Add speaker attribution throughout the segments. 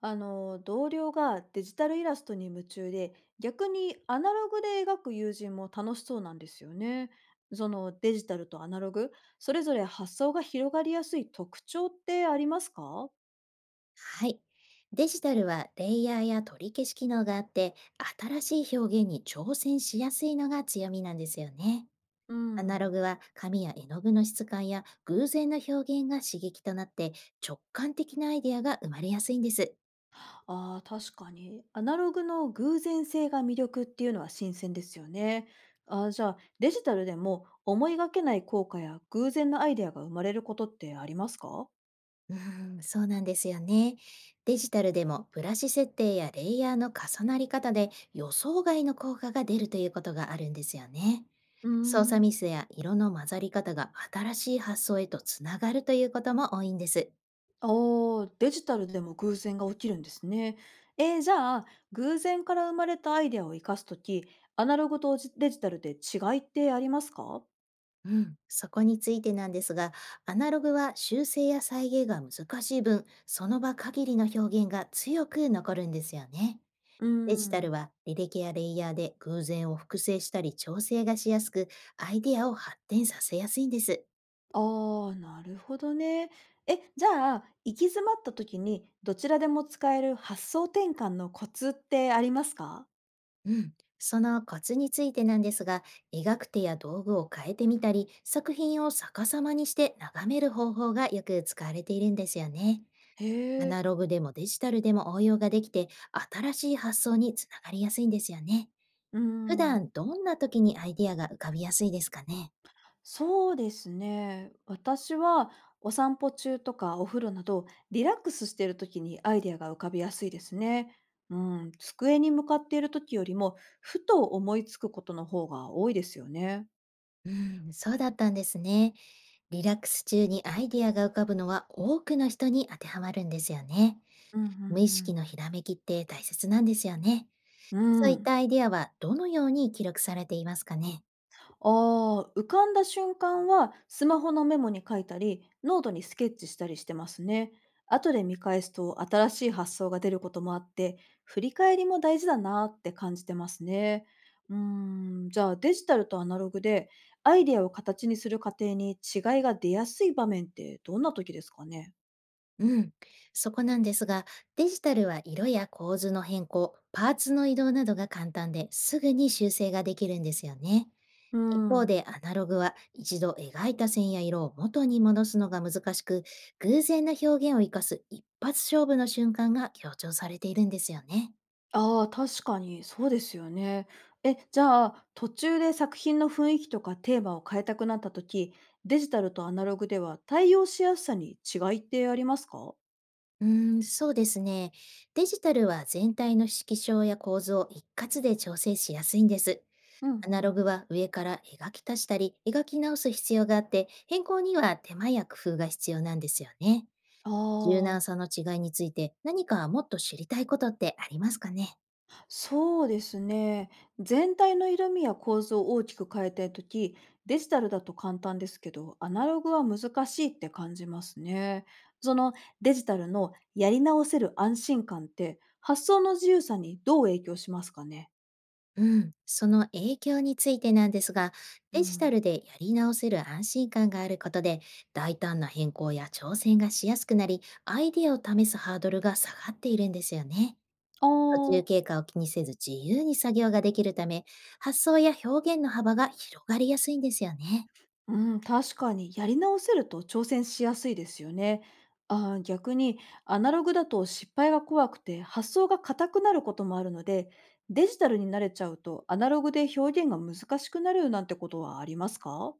Speaker 1: あの同僚がデジタルイラストに夢中で、逆にアナログで描く友人も楽しそうなんですよね。そのデジタルとアナログ、それぞれ発想が広がりやすい特徴ってありますか？
Speaker 2: はい。デジタルはレイヤーや取り消し機能があって、新しい表現に挑戦しやすいのが強みなんですよね。
Speaker 1: う
Speaker 2: アナロ
Speaker 1: ん。
Speaker 2: グは紙や絵の具の質感や偶然の表現が刺激となって、直感的なアイデアが生まれやすいんです。
Speaker 1: ああ、確かにアナログの偶然性が魅力っていうのは新鮮ですよね。あー、じゃあデジタルでも思いがけない効果や偶然のアイデアが生まれることってありますか？
Speaker 2: うーん、そうなんですよね。デジタルでもブラシ設定やレイヤーの重なり方で予想外の効果が出るということがあるんですよね。
Speaker 1: うー
Speaker 2: 操作
Speaker 1: ん。
Speaker 2: ミスや色の混ざり方が新しい発想へとつながるということも多いんです。
Speaker 1: あー、デジタルでも偶然が起きるんですね。じゃあ、偶然から生まれたアイデアを生かすとき、アナログとデジタルで違いってありますか？
Speaker 2: うん、そこについてなんですが、アナログは修正や再現が難しい分、その場限りの表現が強く残るんですよね。
Speaker 1: うー
Speaker 2: デジタ
Speaker 1: ん。
Speaker 2: ルは履歴やレイヤーで偶然を複製したり調整がしやすく、アイデアを発展させやすいんです。
Speaker 1: ああ、なるほどね。え、じゃあ、行き詰まったときに、どちらでも使える発想転換のコツってありますか？
Speaker 2: うん。そのコツについてなんですが、描く手や道具を変えてみたり、作品を逆さまにして眺める方法がよく使われているんですよね。
Speaker 1: へ
Speaker 2: ア
Speaker 1: え、
Speaker 2: ナログでもデジタルでも応用ができて、新しい発想につながりやすいんですよね。
Speaker 1: うー
Speaker 2: 普
Speaker 1: ん。
Speaker 2: 段どんな時にアイデアが浮かびやすいですかね？
Speaker 1: そうですね。私はお散歩中とかお風呂など、リラックスしている時にアイデアが浮かびやすいですね。うん、机に向かっている時よりも、ふと思いつくことの方が多いですよね。
Speaker 2: うん。そうだったんですね。リラックス中にアイディアが浮かぶのは多くの人に当てはまるんですよね。
Speaker 1: うんうんう
Speaker 2: 無意
Speaker 1: ん。
Speaker 2: 識のひらめきって大切なんですよね。
Speaker 1: う
Speaker 2: そういっ
Speaker 1: ん。
Speaker 2: たアイディアはどのように記録されていますかね？
Speaker 1: ああ、浮かんだ瞬間はスマホのメモに書いたり、ノートにスケッチしたりしてますね。後で見返すと新しい発想が出ることもあって、振り返りも大事だなって感じてますね。うーん、じゃあデジタルとアナログでアイデアを形にする過程に違いが出やすい場面ってどんな時ですかね？
Speaker 2: うん。そこなんですが、デジタルは色や構図の変更、パーツの移動などが簡単ですぐに修正ができるんですよね。
Speaker 1: う
Speaker 2: 一方で
Speaker 1: ん。
Speaker 2: アナログは一度描いた線や色を元に戻すのが難しく、偶然な表現を生かす一発勝負の瞬間が強調されているんですよね。
Speaker 1: ああ、確かにそうですよね。え、じゃあ、途中で作品の雰囲気とかテーマを変えたくなった時、デジタルとアナログでは対応しやすさに違いってありますか？
Speaker 2: うーん、そうですね。デジタルは全体の色調や構図を一括で調整しやすいんです。
Speaker 1: うんう
Speaker 2: アナロ
Speaker 1: ん。
Speaker 2: グは上から描き足したり、描き直す必要があって、変更には手間や工夫が必要なんですよね。
Speaker 1: あ
Speaker 2: 柔
Speaker 1: あ、
Speaker 2: 軟さの違いについて何かもっと知りたいことってありますかね？
Speaker 1: そうですね。全体の色味や構造を大きく変えたい時、デジタルだと簡単ですけど、アナログは難しいって感じますね。そのデジタルのやり直せる安心感って、発想の自由さにどう影響しますかね？
Speaker 2: うん、その影響についてなんですが、
Speaker 1: う
Speaker 2: デジタ
Speaker 1: ん。
Speaker 2: ルでやり直せる安心感があることで、大胆な変更や挑戦がしやすくなり、アイディアを試すハードルが下がっているんですよね。
Speaker 1: あ
Speaker 2: 途中
Speaker 1: あ、
Speaker 2: 経過を気にせず自由に作業ができるため、発想や表現の幅が広がりやすいんですよね。
Speaker 1: うん、確かにやり直せると挑戦しやすいですよね。あー、逆にアナログだと失敗が怖くて発想が硬くなることもあるので、デジタルに慣れちゃうとアナログで表現が難しくなるなんてことはありますか？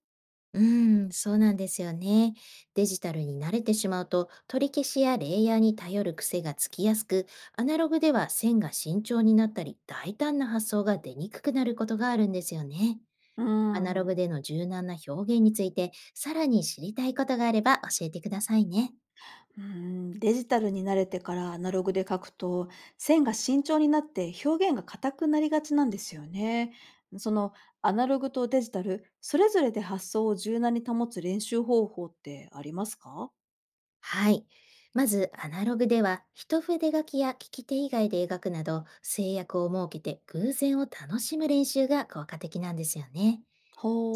Speaker 2: うーん、そうなんですよね。デジタルに慣れてしまうと、取り消しやレイヤーに頼る癖がつきやすく、アナログでは線が慎重になったり、大胆な発想が出にくくなることがあるんですよね。
Speaker 1: う
Speaker 2: アナログ
Speaker 1: ん。
Speaker 2: での柔軟な表現について、さらに知りたいことがあれば教えてくださいね。
Speaker 1: うん、デジタルに慣れてからアナログで書くと、線が慎重になって表現が硬くなりがちなんですよね。そのアナログとデジタル、それぞれで発想を柔軟に保つ練習方法ってありますか？
Speaker 2: はい。まず、アナログでは、一筆書きや利き手以外で描くなど、制約を設けて偶然を楽しむ練習が効果的なんですよね。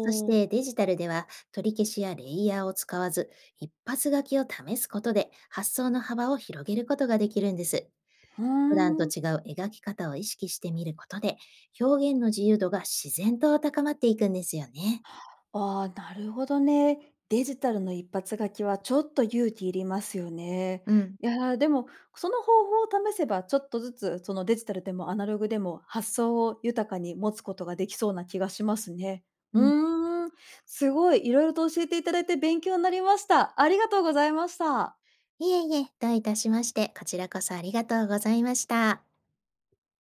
Speaker 2: そし
Speaker 1: う。
Speaker 2: てデジタルでは、取り消しやレイヤーを使わず、一発書きを試すことで発想の幅を広げることができるんです。
Speaker 1: うー
Speaker 2: 普段と
Speaker 1: ん。
Speaker 2: 違う描き方を意識してみることで、表現の自由度が自然と高まっていくんですよね。
Speaker 1: ああ、なるほどね。デジタルの一発書きはちょっと勇気いりますよね。
Speaker 2: うん。
Speaker 1: いやー、でも、その方法を試せば、ちょっとずつそのデジタルでもアナログでも発想を豊かに持つことができそうな気がしますね。
Speaker 2: う
Speaker 1: う
Speaker 2: ん。
Speaker 1: ーん、すごい、色々と教えていただいて勉強になりました。ありがとうございました。
Speaker 2: いえいえ、どういたしまして、こちらこそありがとうございました。